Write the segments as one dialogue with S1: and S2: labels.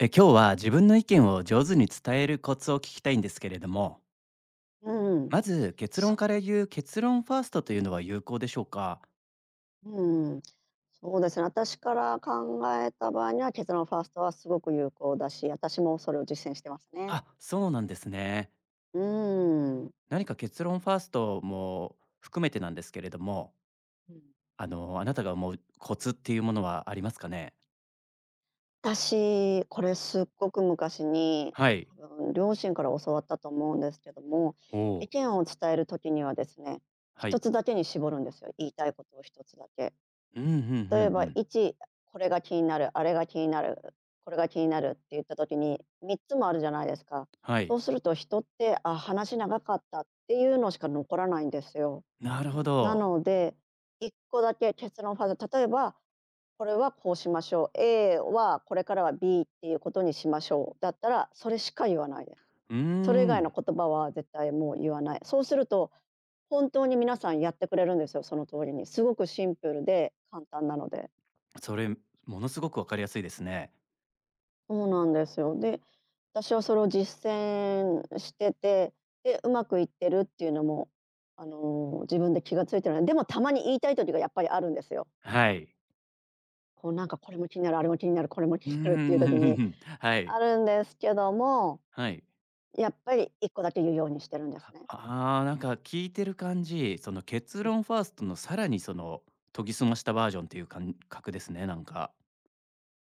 S1: 今日は自分の意見を上手に伝えるコツを聞きたいんですけれども、
S2: うん、
S1: まず結論
S2: そ
S1: から言う、結論ファーストというのは有効でしょうか？
S2: うん、そうですね、私から考えた場合には、結論ファーストはすごく有効だし、私もそれを実践してますね。
S1: あ、そうなんですね。
S2: うん。
S1: 何か結論ファーストも含めてなんですけれども、
S2: うん。
S1: あなたが思うコツっていうものはありますかね？
S2: 私、これすっごく昔に、
S1: はい。
S2: 多分両親から教わったと思うんですけども、
S1: お
S2: 意
S1: お。
S2: 見を伝える時にはですね、
S1: は
S2: 一
S1: い。
S2: つだけに絞るんですよ、言いたいことを一つだけ。
S1: うんうんう
S2: 例え
S1: ん。
S2: ば、
S1: うん。
S2: 1、これが気になる、あれが気になる、これが気になるって言った時に、3つもあるじゃないですか。
S1: は
S2: そ
S1: い。
S2: うすると人って、あ、話長かったっていうのしか残らないんですよ。
S1: なるほ
S2: な
S1: ど。
S2: ので、1個だけ結論ファーズ例えば、これはこうしましょう。A はこれからは B っていうことにしましょう。だったら、それしか言わないです。
S1: うー
S2: それ以外の
S1: ん。
S2: 言葉は絶対もう言わない。そうすると、本当に皆さんやってくれるんですよ、その通りに。すごくシンプルで簡単なので。
S1: それ、ものすごくわかりやすいですね。
S2: そうなんですよ。で、私はそれを実践してて、で、うまくいってるっていうのも、自分で気がついてるい。でもたまに言いたい時がやっぱりあるんですよ。
S1: はい。
S2: これも気になる、あれも気になる、これも気
S1: うう
S2: にな
S1: ん
S2: るっていう
S1: う
S2: 時
S1: ん
S2: に
S1: うん はい。
S2: あるんですけども、
S1: はい。
S2: やっぱり1個だけ言うようにしてるんですね。
S1: ああ、なんか聞いてる感じ、その結
S2: うん。
S1: 論ファーストのさらにその研ぎ澄ましたバージョンっていう感覚ですね、なんか。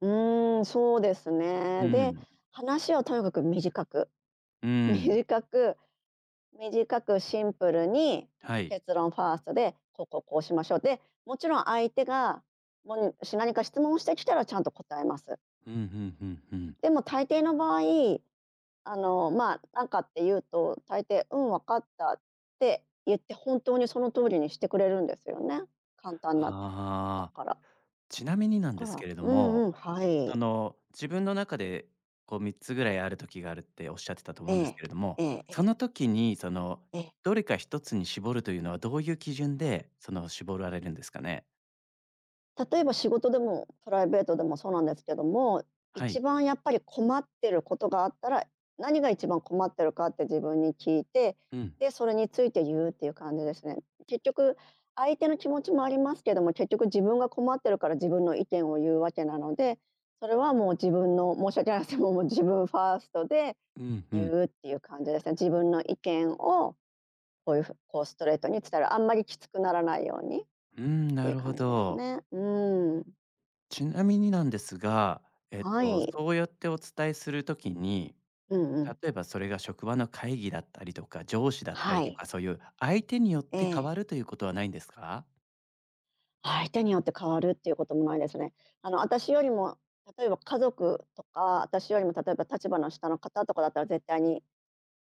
S2: うそうです
S1: う
S2: ね。で、
S1: ん。
S2: 話をとにかく短く
S1: う ん。
S2: 短く短くシンプルに
S1: はい。
S2: 結論ファーストで、こうこうこうしましょう。で、もちろん相手が、もし何か質問してきたらちゃんと答えます。
S1: うん、うんうんうん。
S2: でも大抵の場合、あの、まあ、なんかって言うと、大抵「うん、わかった」って言って本当にその通りにしてくれるんですよね。簡単だった
S1: ああ、
S2: から。だ
S1: ちなみになん
S2: か
S1: です
S2: ら、
S1: けれど
S2: うん
S1: も、
S2: うん、はい、
S1: 自分の中でこう3つぐらいある時があるっておっしゃってたと思
S2: え
S1: うんですけ
S2: え、
S1: れども、
S2: えええ
S1: その
S2: え
S1: 時に
S2: ええ、
S1: どれか一つに絞るというのはどういう基準
S2: はい。
S1: で絞られるんですかね？
S2: 例えば仕事でもプライベートでもそうなんですけども、
S1: は
S2: 一
S1: い。
S2: 番やっぱり困ってることがあったら、何が一番困ってるかって自分に聞いて、
S1: うん。
S2: で、それについて言うっていう感じですね。結局、相手の気持ちもありますけども、結局自分が困ってるから自分の意見を言うわけなので、それはもう自分の、申し訳ないですけども、もう自分ファーストで
S1: うんう
S2: 言
S1: ん。
S2: うっていう感じですね。自分の意見をこういうふうこうストレートに伝える。あんまりきつくならないようにっ
S1: うーん、
S2: て
S1: な
S2: いう
S1: るほ
S2: 感じです
S1: ど。
S2: ね。うん。
S1: ちなみになんですが、
S2: はい。
S1: そうやってお伝えするときに、
S2: うんうん。
S1: 例えばそれが職場の会議だったりとか、上司だったり
S2: は
S1: とか、
S2: い。
S1: そういう相手によっ
S2: え
S1: て変
S2: え。
S1: わるということはないんですか？
S2: 相手によって変わるっていうこともないですね。私よりも、例えば家族とか、私よりも例えば立場の下の方とかだったら絶対に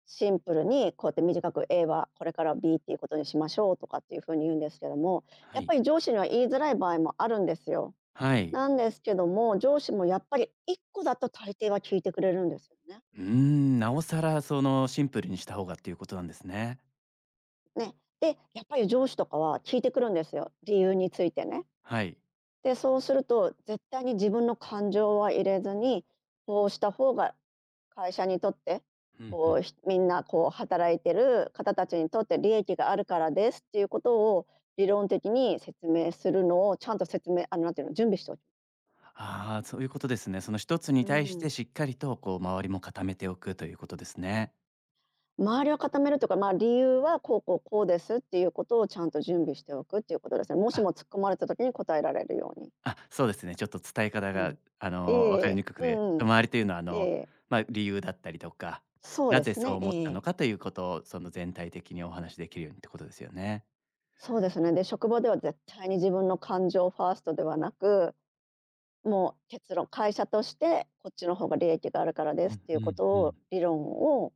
S2: シンプルにこうやって短く A はこれから B っていうことにしましょうとかっていうふうに言うんですけども、
S1: は
S2: やっ
S1: い。
S2: ぱり上司には言いづらい場合もあるんですよ。
S1: はい。
S2: なんですけども、上司もやっぱり1個だと大抵は聞いてくれるんですよね。
S1: うーん、なおさらそのシンプルにした方がっていうことなんですね。
S2: ね。で、やっぱり上司とかは聞いてくるんですよ。理由についてね。
S1: はい。
S2: で、そうすると、絶対に自分の感情は入れずに、こうした方が会社にとって、
S1: うんうん。
S2: みんなこう働いてる方たちにとって利益があるからですっていうことを理論的に説明するのをちゃんと説明あの、なんていうの、準備しておき
S1: ああ、そういうことですね。その一つに
S2: う
S1: 対して
S2: ん。
S1: しっかりとこう周りも固めておくということですね。
S2: 周りを固めるとか、理由はこうこうこうですっていうことをちゃんと準備しておくっていうことですね。もし
S1: あ
S2: も突っ込まれた時に答えられるように。
S1: あ、そうですね。ちょっと伝え方
S2: う
S1: が、
S2: ん。え
S1: 分かり
S2: え、
S1: にくく
S2: う
S1: て、
S2: んう
S1: 遠
S2: ん。
S1: 回りというのは、
S2: ええ。
S1: まあ、理由だったりとか、
S2: そう
S1: な
S2: で
S1: ぜ
S2: す
S1: そう
S2: ね、
S1: 思っ
S2: え
S1: たの
S2: え。
S1: かということを、全体的にお話しできるようにってことですよね。
S2: そうですね。で、職場では絶対に自分の感情ファーストではなく、もう結論会社としてこっちの方が利益があるから
S1: う
S2: ですっ
S1: ん
S2: てい
S1: う
S2: うこ
S1: ん
S2: と
S1: うん。
S2: を理論を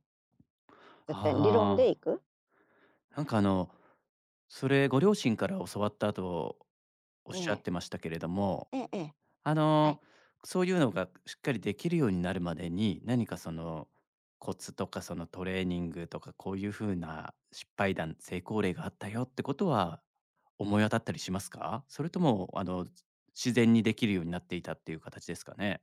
S2: 絶対に理論
S1: あ
S2: で
S1: あ、
S2: いく。
S1: なんか、それご両親から教わったとおっ
S2: え
S1: しゃっ
S2: え。
S1: てましたけれども、
S2: ええええ。
S1: あ
S2: は
S1: の、
S2: い。
S1: そういうのがしっかりできるようになるまでに、何かそのコツとか、そのトレーニングとか、こういう風な失敗談、成功例があったよってことは思い当たったりしますか？それとも自然にできるようになっていたっていう形ですかね？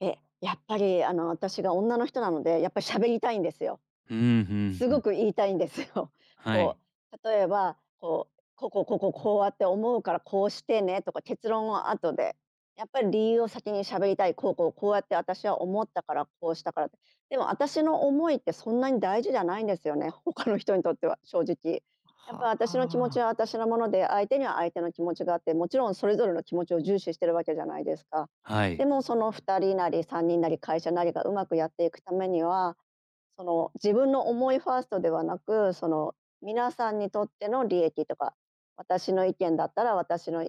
S2: やっぱり私が女の人なので、やっぱり喋りたいんですよ。
S1: うん、うん
S2: す
S1: う
S2: ご
S1: ん。
S2: く言いたいんですよ。
S1: は
S2: こ
S1: い。
S2: う、例えば、こう、こうこうこうこうこうやって思うからこうしてねとか結論は後で。やっぱり理由を先に喋りたい。こうこうこうやって私は思ったからこうしたからって。でも私の思いってそんなに大事じゃないんですよね。他の人にとっては正直。やっぱ
S1: は
S2: 私の気持ち
S1: あ。
S2: は私のもので、相手には相手の気持ちがあって、もちろんそれぞれの気持ちを重視してるわけじゃないですか。
S1: はい。
S2: でもその2人なり3人なり会社なりがうまくやっていくためにはその、自分の思いファーストではなく、皆さんにとっての利益とか、私の意見だったら私の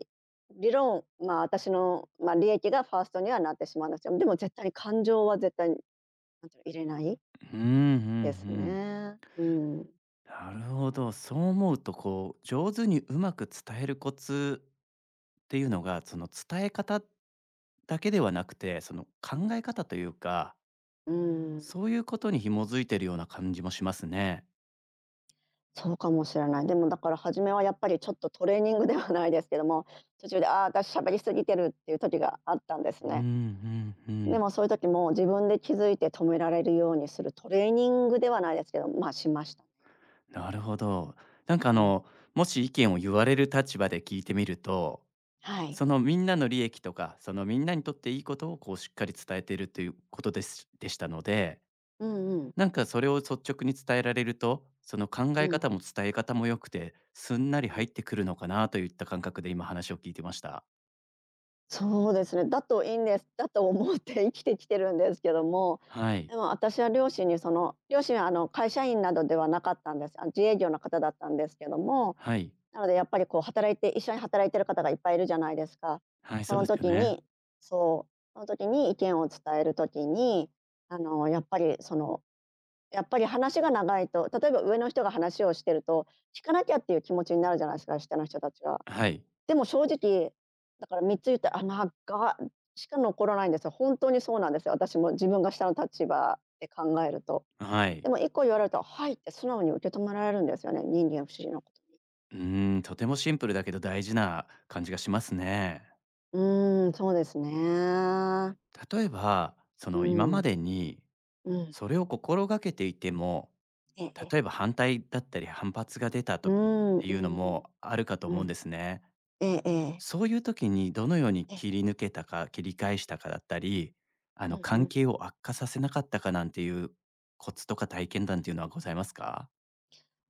S2: 理論、私の、利益がファーストにはなってしまうんですよ。でも絶対に感情は絶対に、なんていうの、入れない
S1: うん、うんう
S2: です
S1: ん。
S2: ね。うん。
S1: なるほど。そう思うとこう、上手にうまく伝えるコツっていうのが、その伝え方だけではなくて、その考え方というか、
S2: うん。
S1: そういうことに紐づいてるような感じもしますね。
S2: そうかもしれない。でもだから初めはやっぱりちょっとトレーニングではないですけども、途中で、ああ、私喋りすぎてるっていう時があったんです
S1: うん
S2: ね。
S1: うんう
S2: でも
S1: ん。
S2: そういう時も自分で気づいて止められるようにするトレーニングではないですけど、しました。
S1: なるほど。なんか
S2: うん。
S1: もし意見を言われる立場で聞いてみると、
S2: はい。
S1: そのみんなの利益とか、そのみんなにとっていいことをこうしっかり伝えているということですでしたので、
S2: うんうん。
S1: なんかそれを率直に伝えられると、その考え
S2: うん。
S1: 方も伝え方も良くて、すんなり
S2: う
S1: 入
S2: ん。
S1: ってくるのかなといった感覚で今話を聞いてました。
S2: そうですね。だといいんです。だと思って生きてきてるんですけども、
S1: はい。
S2: でも私は両親にその両親は会社員などではなかったんです。あ、自営業の方だったんですけども、
S1: はい。
S2: なのでやっぱりこう働いて一緒に働いてる方がいっぱいいるじゃないですか。
S1: はい、
S2: そ
S1: そうで
S2: の
S1: すよ
S2: 時
S1: ね。
S2: にそう、その時に意見を伝える時に、あのやっぱりそのやっぱり話が長いと、例えば上の人が話をしてると、聞かなきゃっていう気持ちになるじゃないですか、下の人たちが。
S1: はい。
S2: でも正直、だから3つ言ったら、あ、長っしか残らないんですよ。本当にそうなんですよ。私も自分が下の立場で考えると。
S1: は
S2: で
S1: い。
S2: も1個言われると「はい」って素直に受け止められるんですよね、人間不思議なことに。
S1: うーん、とてもシンプルだけど大事な感じがしますね。
S2: うそうですね。
S1: 例えば、そ
S2: う
S1: の今ま
S2: ん、
S1: でに
S2: うん。
S1: それを心がけていても、
S2: ええええ。
S1: 例えば反対だったり反発が出た
S2: う
S1: 時
S2: ー
S1: ってい
S2: う
S1: うの
S2: ん、
S1: もあるかと
S2: う
S1: 思うんで
S2: ん。
S1: すね。
S2: ええええ。
S1: そういう時にどのように
S2: ええ。
S1: 切り抜けたか、切り返したかだったり、あ
S2: う
S1: の
S2: んう
S1: 関
S2: ん。
S1: 係を悪化させなかったかなんていうコツとか体験談っていうのはございますか？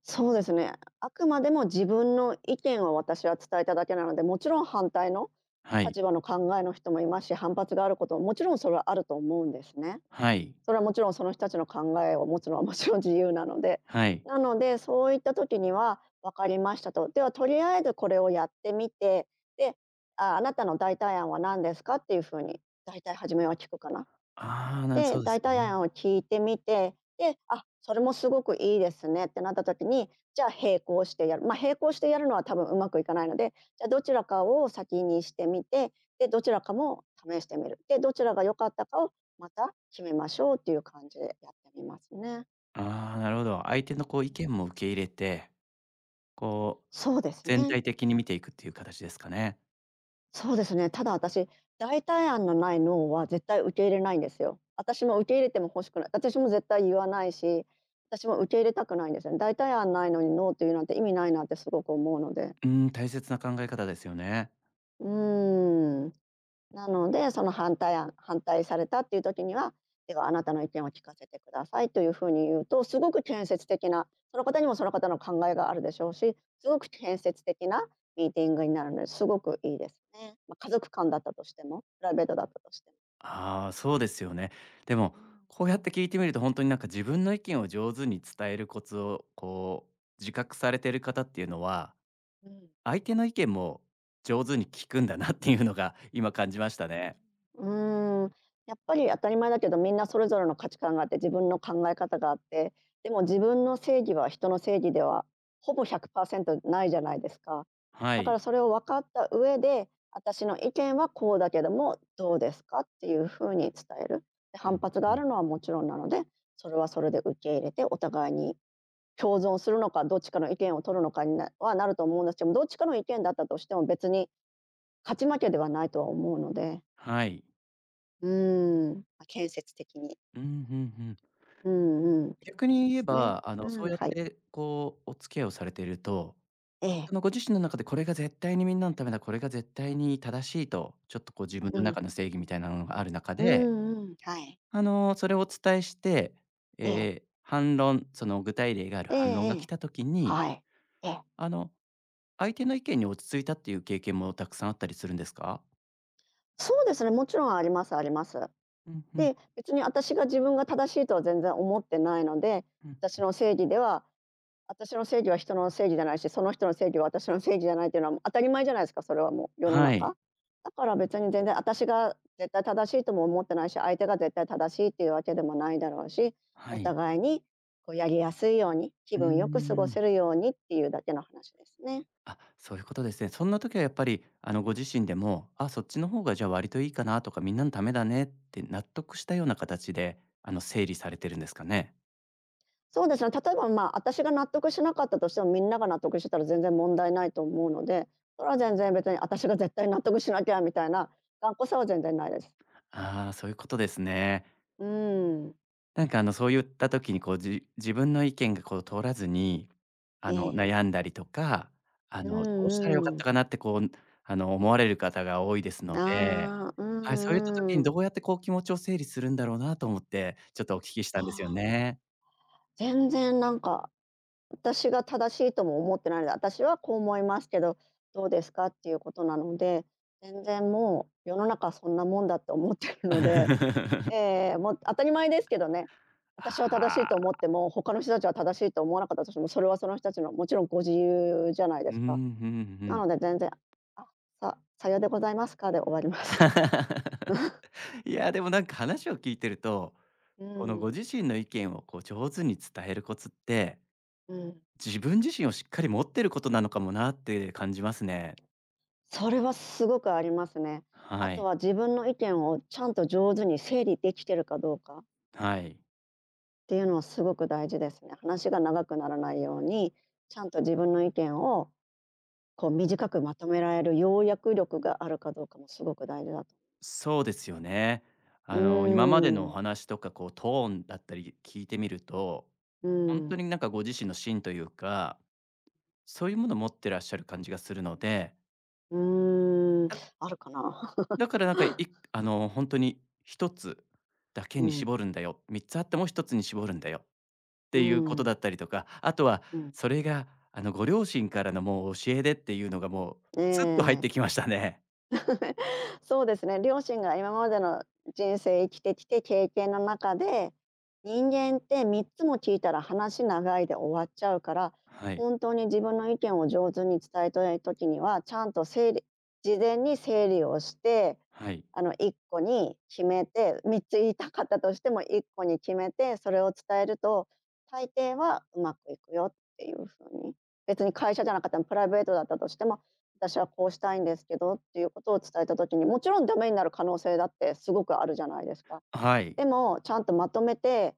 S2: そうですね。あくまでも自分の意見を私は伝えただけなので、もちろん反対の
S1: はい。
S2: 立場の考えの人もいますし、反発があることももちろんそれはあると思うんですね。
S1: はい。
S2: それはもちろんその人たちの考えを持つのはもちろん自由なので。
S1: はい。
S2: なので、そういった時には分かりましたと。ではとりあえずこれをやってみて、で、あ、あなたの代替案は何ですかっていうふうに、大体初めは聞くかな。
S1: ああ、なそ
S2: で、
S1: うです
S2: 代替
S1: ね。
S2: 案を聞いてみて、で、あ、それもすごくいいですねってなった時に、じゃあ並行してやる。並行してやるのは多分うまくいかないので、じゃあどちらかを先にしてみて、で、どちらかも試してみる。で、どちらが良かったかをまた決めましょうっていう感じでやってみますね。
S1: ああ、なるほど。相手のこう意
S2: う
S1: 見
S2: ん。
S1: も受け入れて、こう、
S2: そうです
S1: 全
S2: ね。
S1: 体的に見ていくっていう形ですかね。
S2: そうですね。ただ私、代替案のないノーは絶対受け入れないんですよ。私も受け入れても欲しくない。私も絶対言わないし、私も受け入れたくないんですよね。代替案ないのにノーって言うなんて意味ないなってすごく思うので。
S1: うん、大切な考え方ですよね。
S2: うーんなので、その反対されたっていう時には、ではあなたの意見を聞かせてくださいというふうに言うと、すごく建設的な、その方にもその方の考えがあるでしょうし、すごく建設的なミーティングになるので、すごくいいですね。まあ、家族間だったとしても、プライベートだったとしても。
S1: ああ、そうですよね。でも、
S2: うん。
S1: こうやって聞いてみると、本当になんか自分の意見を上手に伝えるコツを、こう、自覚されてる方っていうのは、
S2: うん。
S1: 相手の意見も上手に聞くんだなっていうのが今感じましたね。
S2: うーん、やっぱり当たり前だけど、みんなそれぞれの価値観があって、自分の考え方があって、でも自分の正義は人の正義ではほぼ100%ないじゃないですか。
S1: は
S2: だか
S1: い。
S2: らそれを分かった上で、私の意見はこうだけども、どうですかっていうふうに伝える。で
S1: う
S2: 反
S1: ん、
S2: 発
S1: う
S2: があ
S1: ん。
S2: るのはもちろんなので、それはそれで受け入れて、お互いに共存するのか、どっちかの意見を取るのかになはなると思うんですけども、どっちかの意見だったとしても別に勝ち負けではないとは思うので。
S1: はい。
S2: まあ、建設的に。
S1: うん、うんうん。
S2: うんうん、っていう
S1: 逆
S2: 感じで
S1: に言え
S2: すね。
S1: ば、
S2: う
S1: そう
S2: ん、
S1: やっ
S2: はい。
S1: てこうお付き合いをされていると
S2: ええ、
S1: そのご自身の中でこれが絶対にみんなのためだ、これが絶対に正しいと、ちょっとこう自分
S2: う
S1: の
S2: ん。
S1: 中の正義みたいなものがある中
S2: う
S1: で、
S2: んうん、はい。
S1: それをお伝えして、
S2: ええ。
S1: 反論、その具体例がある
S2: ええ
S1: 反論が
S2: え
S1: 来
S2: え。
S1: た時に、
S2: はい。ええ。
S1: あの、相手の意見に落ち着いたっていう経験もたくさんあったりするんですか？
S2: そうですね、もちろんありますあります。
S1: うん、うん、
S2: で、別に私が自分が正しいとは全然思ってないので、
S1: うん。
S2: 私の正義では私の正義は人の正義じゃないし、その人の正義は私の正義じゃないっていうのは、もう当たり前じゃないですか、それはもう世の
S1: はい。
S2: 中。だから別に全然私が絶対正しいとも思ってないし、相手が絶対正しいっていうわけでもないだろうし、
S1: は
S2: お
S1: い。
S2: 互いにこうやりやすいように、気
S1: うー
S2: 分よく過ご
S1: ん。
S2: せるようにっていうだけの話ですね。
S1: あ、そういうことですね。そんな時はやっぱり、ご自身でも、あ、そっちの方がじゃあ割といいかなとか、みんなのためだねって納得したような形で、整理されてるんですかね。
S2: そうですね、例えば、まあ、私が納得しなかったとしても、みんなが納得してたら全然問題ないと思うので、それは全然別に私が絶対納得しなきゃみたいな頑固さは全然ないです。
S1: ああ、そういうことですね。
S2: うーん、
S1: なんかそういった時にこう、自分の意見がこう通らずに、
S2: ええ。
S1: 悩んだりとか、
S2: う
S1: どうしたらよかっ
S2: んう
S1: た
S2: ん。
S1: かなってこう、思われる方が多いですので、
S2: ああ、う
S1: はい、そういった時に
S2: んうん。
S1: どうやってこう気持ちを整理するんだろうなと思って、ちょっとお聞きしたんですよ
S2: ああ、
S1: ね。
S2: 全然なんか、私が正しいとも思ってないので、私はこう思いますけど、どうですかっていうことなので、全然もう世の中そんなもんだって思ってるので、ええ、もう当たり前ですけどね、私は正しい
S1: ああ、
S2: と思っ ても、他の人たちは正しいと思わなかったとしても、それはその人たちのもちろんご自由じゃないで
S1: うん、
S2: す
S1: うん
S2: か。
S1: う
S2: な
S1: ん。
S2: ので全然、あ、ささようでございますかで終わります。
S1: いや、でもなんか話を聞いてると、
S2: う
S1: このご
S2: ん、
S1: 自身の意見をこう上手に伝えるコツって、
S2: うん。
S1: 自分自身をしっかり持ってることなのかもなって感じますね。
S2: それはすごくありますね。
S1: は
S2: あと
S1: い、
S2: は自分の意見をちゃんと上手に整理できてるかどうか
S1: はい。
S2: っていうのはすごく大事ですね。話が長くならないように、ちゃんと自分の意見をこう短くまとめられる要約力があるかどうかもすごく大事だと。
S1: そうですよね。
S2: うー
S1: 今までのお
S2: ん、
S1: 話とかこうトーンだったり聞いてみると、
S2: う
S1: 本当
S2: ん、
S1: になんかご自身の芯というか、そういうものを持ってらっしゃる感じがするので、
S2: うーん、
S1: なん
S2: あるかな。
S1: だからなんか、本当に1つだ け
S2: う
S1: に
S2: ん、
S1: 絞るんだよ、3つあっても1つに絞るんだよっ
S2: う
S1: ていうことだ
S2: ん、
S1: ったりとか、あとは
S2: うん。
S1: それが、ご両親からのもう教えでっていうのがもう
S2: え
S1: スッと入っ
S2: え
S1: てきましたね。
S2: そうですね、両親が今までの人生生きてきて経験の中で、人間って3つも聞いたら話長いで終わっちゃうから、
S1: はい、
S2: 本当に自分の意見を上手に伝えたい時には、ちゃんと整理事前に整理をして、
S1: はい、
S2: あの、1個に決めて、3つ言いたかったとしても1個に決めて、それを伝えると、大抵はうまくいくよっていう風に。別に会社じゃなかったらプライベートだったとしても私はこうしたいんですけどっていうことを伝えた時に、もちろんダメになる可能性だってすごくあるじゃないですか。
S1: はい、
S2: でも、ちゃんとまとめて、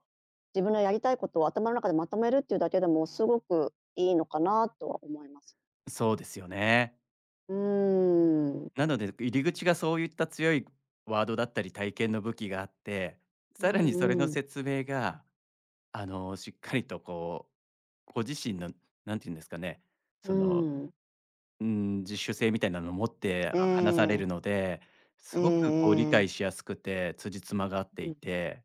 S2: 自分のやりたいことを頭の中でまとめるっていうだけでもすごくいいのかなとは思います。
S1: そうですよね。
S2: うーん。
S1: なので、入り口がそういった強いワードだったり体験の武器があって、
S2: う
S1: さらにそれの
S2: んうん。
S1: 説明が、しっかりとこう、ご自身のなんていうんですかね、そ
S2: う
S1: の
S2: ん。
S1: うん、自主性みたいなのを持って
S2: え
S1: 話され
S2: え。
S1: るので、す
S2: ええ
S1: ごくこう理
S2: え
S1: 解
S2: え。
S1: しやすくて、辻褄が合って
S2: う
S1: い
S2: ん。
S1: て、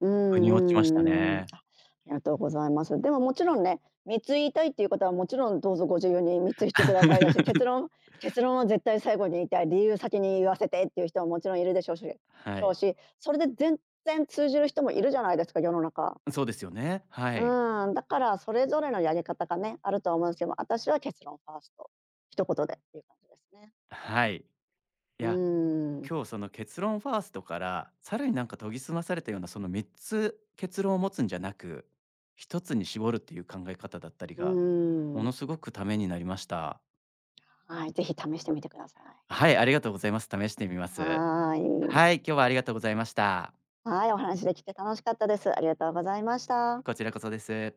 S2: う
S1: 腑に落
S2: んう
S1: ちました
S2: んうん。
S1: ね。
S2: あ、ありがとうございます。でももちろんね、貢いたいっていう方はもちろんどうぞご自由に貢いでくださいだし、結論は絶対最後に言いたい、理由先に言わせてっていう人ももちろんいるでしょうし
S1: は
S2: しょう
S1: い。
S2: し、それで全然通じる人もいるじゃないですか、世の中。
S1: そうですよね。は
S2: う
S1: い。
S2: ん、だからそれぞれのやり方がね、あるとは思うんですけども、私は結論ファースト、一言でっていう感じですね。
S1: はい。い
S2: う
S1: や、
S2: ん、
S1: 今日その結論ファーストから、さらになんか研ぎ澄まされたようなその3つ結論を持つんじゃなく、1つに絞るっていう考え方だったり
S2: う
S1: が、もの
S2: ん。
S1: すごくためになりました。
S2: はい、ぜひ試してみてください。
S1: はい、ありがとうございます。試してみます。
S2: はーい。
S1: はい、今日はありがとうございました。
S2: はい、お話できて楽しかったです。ありがとうございました。
S1: こちらこそです。